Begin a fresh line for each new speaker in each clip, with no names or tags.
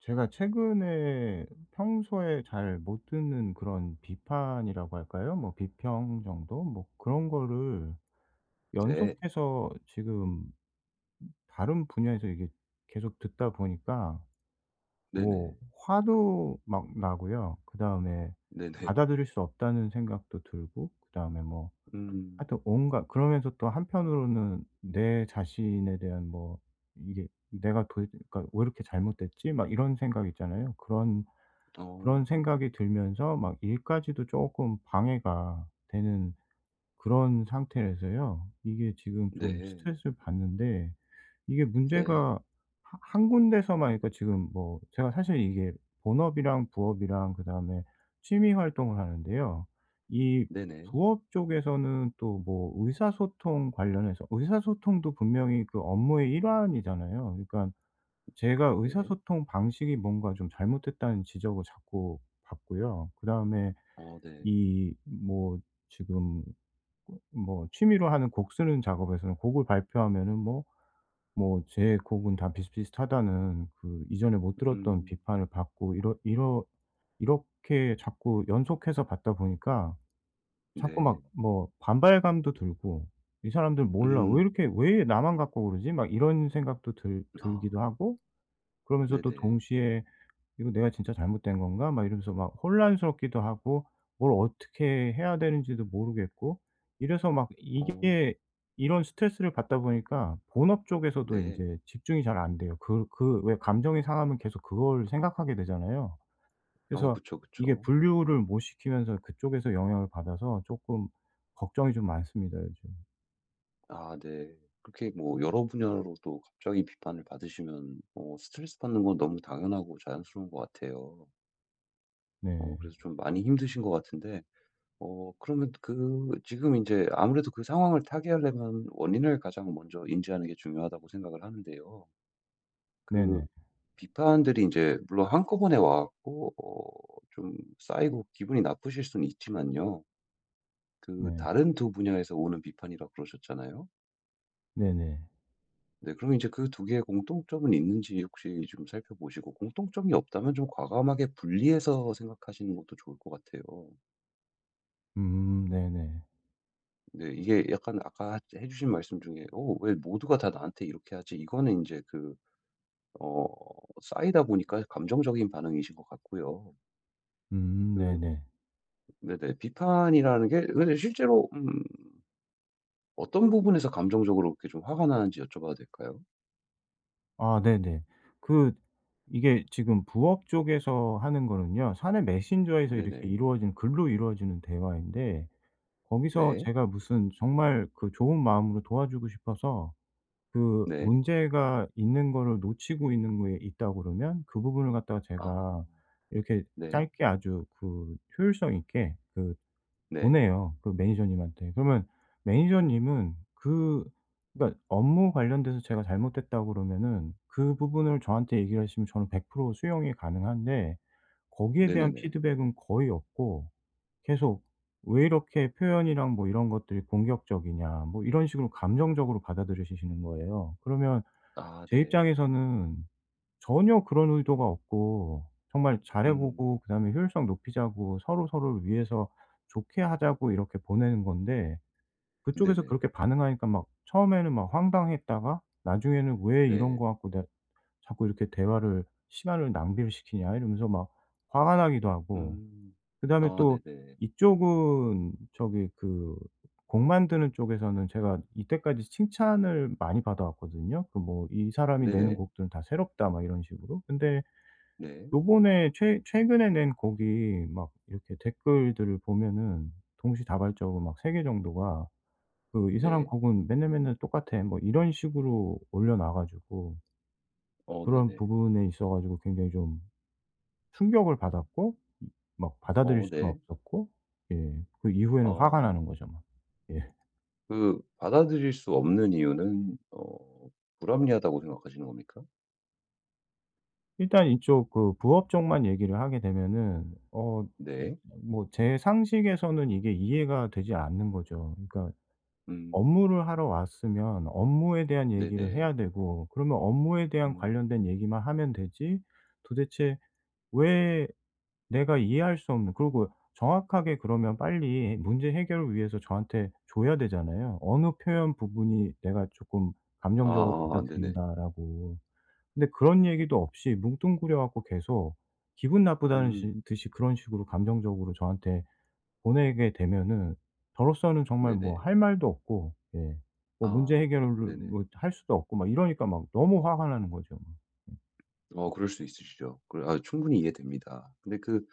제가 최근에 평소에 잘 못 듣는 그런 비판이라고 할까요? 뭐 비평 정도? 뭐 그런 거를
네.
연속해서 지금 다른 분야에서 이게 계속 듣다 보니까 뭐
네네.
화도 막 나고요. 그다음에
네네.
받아들일 수 없다는 생각도 들고, 그다음에 뭐
음.
하여튼 온갖, 그러면서 또 한편으로는 내 자신에 대한 뭐 이게 내가 도 그러니까 왜 이렇게 잘못됐지? 막 이런 생각 있잖아요. 그런
어.
그런 생각이 들면서 막 일까지도 조금 방해가 되는 그런 상태라서요. 이게 지금 좀
네.
스트레스를 받는데, 이게
네.
문제가 하 한 군데서만. 그러니까 지금 뭐 제가 사실 이게 본업이랑 부업이랑 그다음에 취미 활동을 하는데요. 이
네네.
부업 쪽에서는 또 뭐 의사소통 관련해서, 의사소통도 분명히 그 업무의 일환이잖아요. 그러니까 제가
네.
의사소통 방식이 뭔가 좀 잘못됐다는 지적을 자꾸 받고요. 그다음에
어 네.
이 뭐 지금 뭐 취미로 하는 곡 쓰는 작업에서는, 곡을 발표하면은 뭐 뭐 "제 곡은 다 비슷비슷하다."는 그 이전에 못 들었던
음.
비판을 받고, 이러 이러 이렇게 자꾸 연속해서 받다 보니까 자꾸
네.
막 뭐 반발감도 들고, '이 사람들 몰라. 왜
음.
이렇게, 왜 나만 갖고 그러지?' 막 이런 생각도 들
아.
들기도 하고, 그러면서 또
네네.
동시에 '이거 내가 진짜 잘못된 건가?' 막 이러면서 막 혼란스럽기도 하고, 뭘 어떻게 해야 되는지도 모르겠고, 이래서 막
어.
이게 이런 스트레스를 받다 보니까 본업 쪽에서도
네.
인제 집중이 잘 안 돼요. 그 그 왜 감정이 상하면 계속 그걸 생각하게 되잖아요.
어
그래서
그쵸,
이게
그쵸.
분류를 못 시키면서 그쪽에서 영향을 받아서 쪼끔 걱정이 좀 많습니다 요즘.
아 네. 그렇게 뭐 여러 분야로 또 갑자기 비판을 받으시면 스트레스 받는 건 너무 당연하고 자연스러운 것 같아요.
네.
그래서 좀 많이 힘드신 것 같은데 그러면 그 지금 이제 아무래도 그 상황을 타개하려면 원인을 가장 먼저 인지하는 게 중요하다고 생각을 하는데요. 그
네네.
비판들이 이제 물론 한꺼번에 와 갖고 좀 쌓이고 기분이 나쁘실 수는 있지만요. 그
네.
다른 두 분야에서 오는 비판이라 그러셨잖아요.
네네.
네 그럼 이제 그 두 개의 공통점은 있는지 혹시 좀 살펴보시고 공통점이 없다면 좀 과감하게 분리해서 생각하시는 것도 좋을 것 같아요.
네네.
네. 이게 약간 아까 해 주신 말씀 중에 '어 왜 모두가 다 나한테 이렇게 하지?' 이거는 이제 그 어 쌓이다 보니까 감정적인 반응이신 것 같고요. 그
네네.
네네. 비판이라는 게 근데 실제로 어떤 부분에서 감정적으로 그렇게 좀 화가 나는지 여쭤봐도 될까요?
아 네네. 그 이게 지금 부업 쪽에서 하는 거는요, 사내 메신저에서 이렇게
네네.
이루어진, 글로 이루어지는 대화인데, 거기서
네.
제가 무슨 정말 그 좋은 마음으로 도와주고 싶어서 그
네. 네,
문제가 있는 거를 놓치고 있는 거에 있다고 그러면 그 부분을 갖다가
아.
제가 이렇게
네.
짧게 아주 그 효율성 있게 그
네.
보내요, 그 매니저님한테. 그러면 매니저님은 그, 그러니까 업무 관련돼서 제가 잘못됐다고 그러면은 그 부분을 저한테 얘기를 하시면 저는 100% 수용이 가능한데, 거기에 대한
네네네.
피드백은 거의 없고 계속 "왜 이렇게 표현이랑 뭐 이런 것들이 공격적이냐." 뭐 이런 식으로 감정적으로 받아들여지시는 거예요. 그러면
아
제
네.
입장에서는 전혀 그런 의도가 없고, 정말 잘해
음.
보고 그다음에 효율성 높이자고 서로서로를 위해서 좋게 하자고 이렇게 보내는 건데, 그쪽에서
네네.
그렇게 반응하니까 막 처음에는 막 황당했다가 나중에는 '왜 이런
네. 네,
거 갖고 내가 자꾸 이렇게 대화를 시간을 낭비를 시키냐.' 이러면서 막 화가 나기도 하고,
음.
그다음에
아
또.
네네.
이쪽은 저기 그 곡 만드는 쪽에서는 제가 이때까지 칭찬을 많이 받아 왔거든요. 그 뭐 "이 사람이 내는
네네. 네.
곡들은 다 새롭다." 막 이런 식으로. 근데
네.
요번에 최 최근에 낸 곡이 막 이렇게 댓글들을 보면은 동시다발적으로 막 3개 정도가 그 "이
네,
사람
네,
곡은 맨날 맨날 똑같아." 뭐 이런 식으로 올려놔 가지고,
어
그런
네네.
부분에 있어 가지고 굉장히 좀 충격을 받았고 이 막 받아들일
어
수가
네.
없었고, 예 그 이후에는 화가
아.
나는 거죠 막. 예.
그 받아들일 수 없는 이유는 불합리하다고 생각하시는 겁니까?
일단 이쪽 그 부업 쪽만 얘기를 하게 되면은
네.
뭐 제 상식에서는 이게 이해가 되지 않는 거죠. 그러니까
음.
업무를 하러 왔으면 업무에 대한 얘기를
네네.
해야 되고, 그러면 업무에 대한
음.
관련된 얘기만 하면 되지, 도대체 왜 내가 이해할 수 없는, 그리고 정확하게 그러면 빨리 문제 해결을 위해서 저한테 줘야 되잖아요. 어느 표현 부분이 내가 조금 감정적으로
아아 네네.
받아들인다라고. 근데 그런 얘기도 없이 뭉뚱그려 갖고 계속 기분 나쁘다는 시
음.
듯이 그런 식으로 감정적으로 저한테 보내게 되면은, 저로서는 정말 뭐
네네.
할 말도 없고, 예, 뭐 문제
아
해결을 뭐
네네.
할 수도 없고 막 이러니까 막 너무 화가 나는 거죠, 막.
그럴 수 있으시죠. 그래 아 충분히 이해됩니다. 근데 그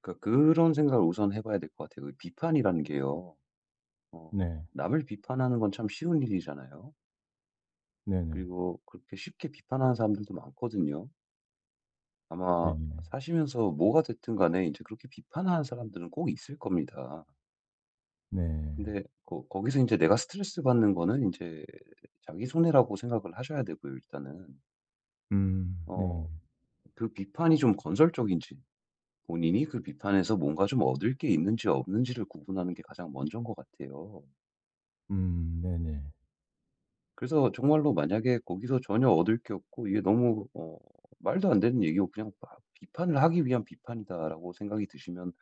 그러니까 그런 생각을 우선 해 봐야 될 것 같아요. 그 비판이라는 게요. 어
네.
남을 비판하는 건 참 쉬운 일이잖아요.
네네.
그리고 그렇게 쉽게 비판하는 사람들도 많거든요. 아마
네네.
사시면서 뭐가 됐든 간에 이제 그렇게 비판하는 사람들은 꼭 있을 겁니다.
네. 네, 네.
근데 거 거기서 이제 내가 스트레스 받는 거는 이제 자기 손해라고 생각을 하셔야 되고요 일단은.
네.
어 그 비판이 좀 건설적인지 본인이 그 비판에서 뭔가 좀 얻을 게 있는지 없는지를 구분하는 게 가장 먼저인 것 같아요.
네네.
그래서 정말로 만약에 거기서 전혀 얻을 게 없고 이게 너무 말도 안 되는 얘기고 그냥 막 비판을 하기 위한 비판이다라고 생각이 드시면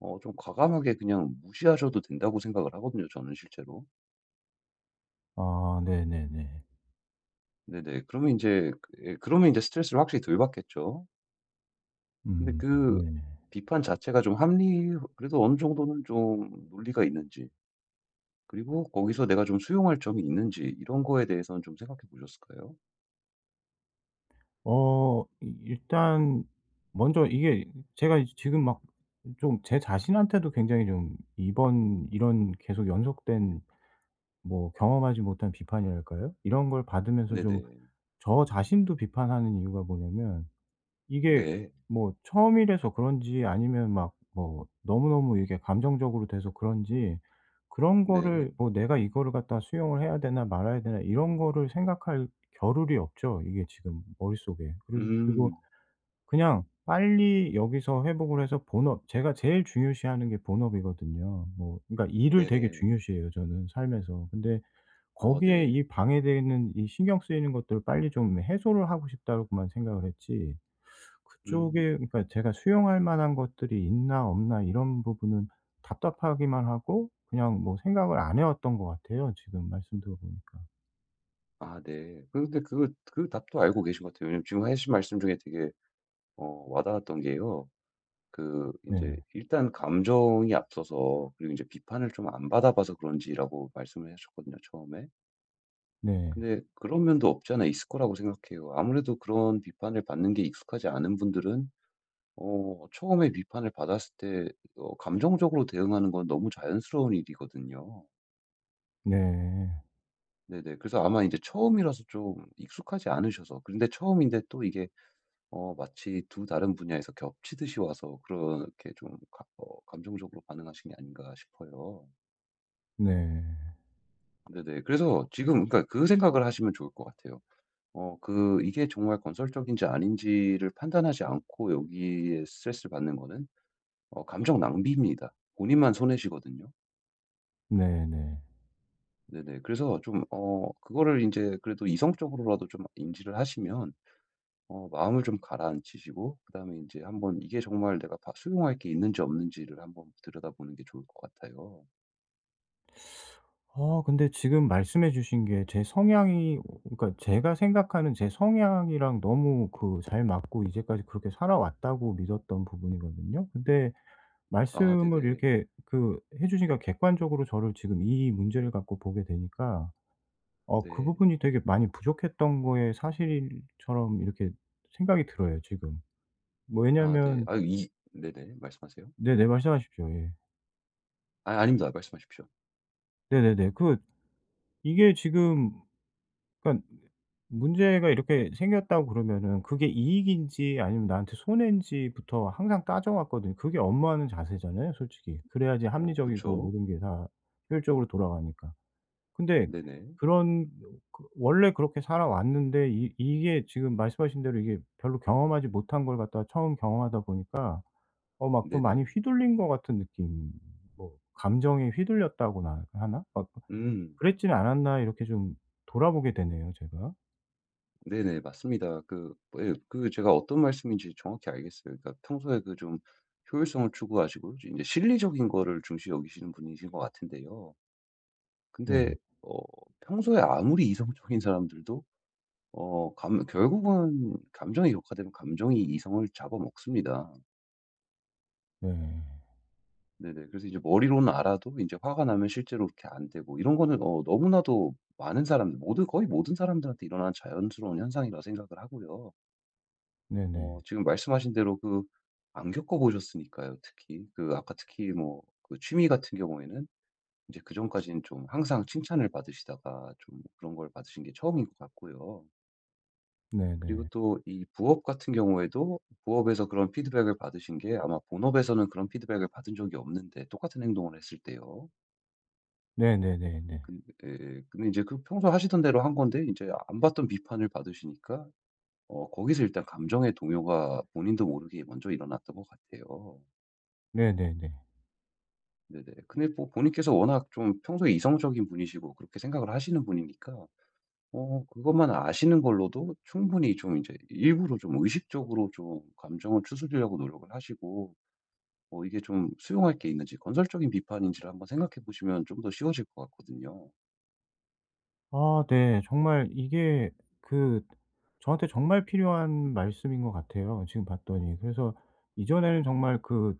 좀 과감하게 그냥 무시하셔도 된다고 생각을 하거든요 저는 실제로.
아 네네네.
네네. 그러면 이제 그 예 그러면 이제 스트레스를 확실히 덜 받겠죠. 근데 그
네네.
비판 자체가 좀 합리 그래도 어느 정도는 좀 논리가 있는지 그리고 거기서 내가 좀 수용할 점이 있는지 이런 거에 대해서는 좀 생각해 보셨을까요?
이 일단 먼저 이게 제가 이제 지금 막 좀 제 자신한테도 굉장히 좀 이번 이런 계속 연속된 뭐 경험하지 못한 비판이랄까요? 이런 걸 받으면서 좀
네네.
저 자신도 비판하는 이유가 뭐냐면, 이게
네.
뭐 처음이라서 그런지 아니면 막 뭐 너무너무 이게 감정적으로 돼서 그런지, 그런 거를
네.
뭐 '내가 이거를 갖다 수용을 해야 되나 말아야 되나.' 이런 거를 생각할 겨를이 없죠 이게 지금 머릿속에. 그래서, 그리고
음.
그냥 빨리 여기서 회복을 해서 본업, 제가 제일 중요시하는 게 본업이거든요. 뭐 그러니까 일을 되게
네네.
중요시해요 저는 삶에서. 근데
아
거기에
네.
이 방해되어 있는, 이 신경 쓰이는 것들을 빨리 좀 해소를 하고 싶다고만 생각을 했지, 그쪽에,
음.
그러니까 제가 수용할 만한 것들이 있나 없나 이런 부분은, 답답하기만 하고 그냥 뭐 생각을 안 해 왔던 것 같아요 지금 말씀 들어 보니까.
아 네. 그런데 그 답도 알고 계신 것 같아요. 왜냐면 지금 하신 말씀 중에 되게 와 닿았던 게요. 그 이제
네.
일단 감정이 앞서서 그리고 이제 비판을 좀 안 받아봐서 그런지라고 말씀을 하셨거든요, 처음에.
네.
근데 그런 면도 없지 않아 있을 거라고 생각해요. 아무래도 그런 비판을 받는 게 익숙하지 않은 분들은 처음에 비판을 받았을 때 감정적으로 대응하는 건 너무 자연스러운 일이거든요.
네.
네네. 그래서 아마 이제 처음이라서 좀 익숙하지 않으셔서 그런데 처음인데 또 이게 마치 두 다른 분야에서 겹치듯이 와서 그렇게 좀 가 어 감정적으로 반응하신 게 아닌가 싶어요.
네.
네네. 그래서 지금 그러니까 그 생각을 하시면 좋을 것 같아요. 그 이게 정말 건설적인지 아닌지를 판단하지 않고 여기에 스트레스를 받는 거는 감정 낭비입니다. 본인만 손해시거든요.
네네.
네네. 그래서 좀 그거를 이제 그래도 이성적으로라도 좀 인지를 하시면 마음을 좀 가라앉히시고 그다음에 이제 한번 이게 정말 내가 봐 수용할 게 있는지 없는지를 한번 들여다보는 게 좋을 것 같아요.
근데 지금 말씀해 주신 게 제 성향이, 그러니까 제가 생각하는 제 성향이랑 너무 그 잘 맞고 이제까지 그렇게 살아왔다고 믿었던 부분이거든요. 근데
아
말씀을
네네.
이렇게 그 해 주시니까 객관적으로 저를 지금 이 문제를 갖고 보게 되니까 그
네.
부분이 되게 많이 부족했던 거에 사실처럼 이렇게 생각이 들어요 지금. 뭐 왜냐
아 네.
면
아 이 네네. 말씀하세요.
네네 말씀하십시오. 예.
아 아닙니다. 말씀하십시오.
네네네. 그 이게 지금, 그러니까 문제가 이렇게 생겼다고 그러면은 그게 이익인지 아니면 나한테 손해인지부터 항상 따져 왔거든요. 그게 업무하는 자세잖아요 솔직히. 그래야지
어
합리적이고
그쵸.
모든 게 다 효율적으로 돌아가니까. 근데
네네.
그런, 그 원래 그렇게 살아왔는데, 이 이게 지금 말씀하신 대로 이게 별로 경험하지 못한 걸 갖다가 처음 경험하다 보니까 막 좀 많이
네네.
휘둘린 것 같은 느낌, 뭐 감정에 휘둘렸다고나 하나? 막
음.
그랬지는 않았나.' 이렇게 좀 돌아보게 되네요 제가.
네네. 맞습니다. 그 예 그 제가 어떤 말씀인지 정확히 알겠어요. 그러니까 평소에 그 좀 효율성을 추구하시고 이제 실리적인 거를 중시 여기시는 분이신 것 같은데요. 근데
네.
어 평소에 아무리 이성적인 사람들도 어 감 결국은 감정이 격화되면 감정이 이성을 잡아먹습니다.
네.
네네. 그래서 이제 머리로는 알아도 이제 화가 나면 실제로 그렇게 안 되고 이런 거는 너무나도 많은 사람들 모든 거의 모든 사람들한테 일어나는 자연스러운 현상이라 생각을 하고요.
네네.
지금 말씀하신 대로 그 안 겪어 보셨으니까요, 특히. 그 아까 특히 뭐 그 취미 같은 경우에는 이제 그전까지는 좀 항상 칭찬을 받으시다가 좀 그런 걸 받으신 게 처음인 것 같고요. 그리고
네네.
또 이 부업 같은 경우에도 부업에서 그런 피드백을 받으신 게 아마 본업에서는 그런 피드백을 받은 적이 없는데 똑같은 행동을 했을 때요.
네네네네.
근 근데 이제 그 평소 하시던 대로 한 건데 이제 안 받던 비판을 받으시니까 거기서 일단 감정의 동요가 본인도 모르게 먼저 일어났던 것 같아요.
네네네.
네네. 근데 뭐 본인께서 워낙 좀 평소에 이성적인 분이시고 그렇게 생각을 하시는 분이니까 그것만 아시는 걸로도 충분히 좀 이제 일부러 좀 의식적으로 좀 감정을 추스리려고 노력을 하시고 이게 좀 수용할 게 있는지 건설적인 비판인지를 한번 생각해 보시면 좀 더 쉬워질 것 같거든요.
아 네. 정말 이게 그 저한테 정말 필요한 말씀인 것 같아요 지금 봤더니. 그래서 이전에는 정말 그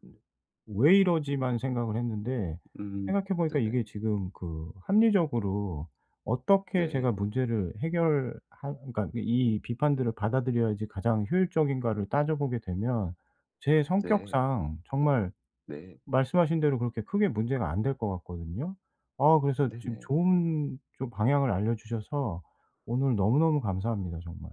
'왜 이러지?'만 생각을 했는데,
음.
생각해 보니까
네네.
이게 지금 그 합리적으로 어떻게
네.
제가 문제를 해결한, 그러니까 이 비판들을 받아들여야지 가장 효율적인가를 따져보게 되면 제
네.
성격상 정말
네.
말씀하신 대로 그렇게 크게 문제가 안 될 것 같거든요. 아 그래서 지금
네네.
좋은 좀 방향을 알려 주셔서 오늘 너무너무 감사합니다 정말.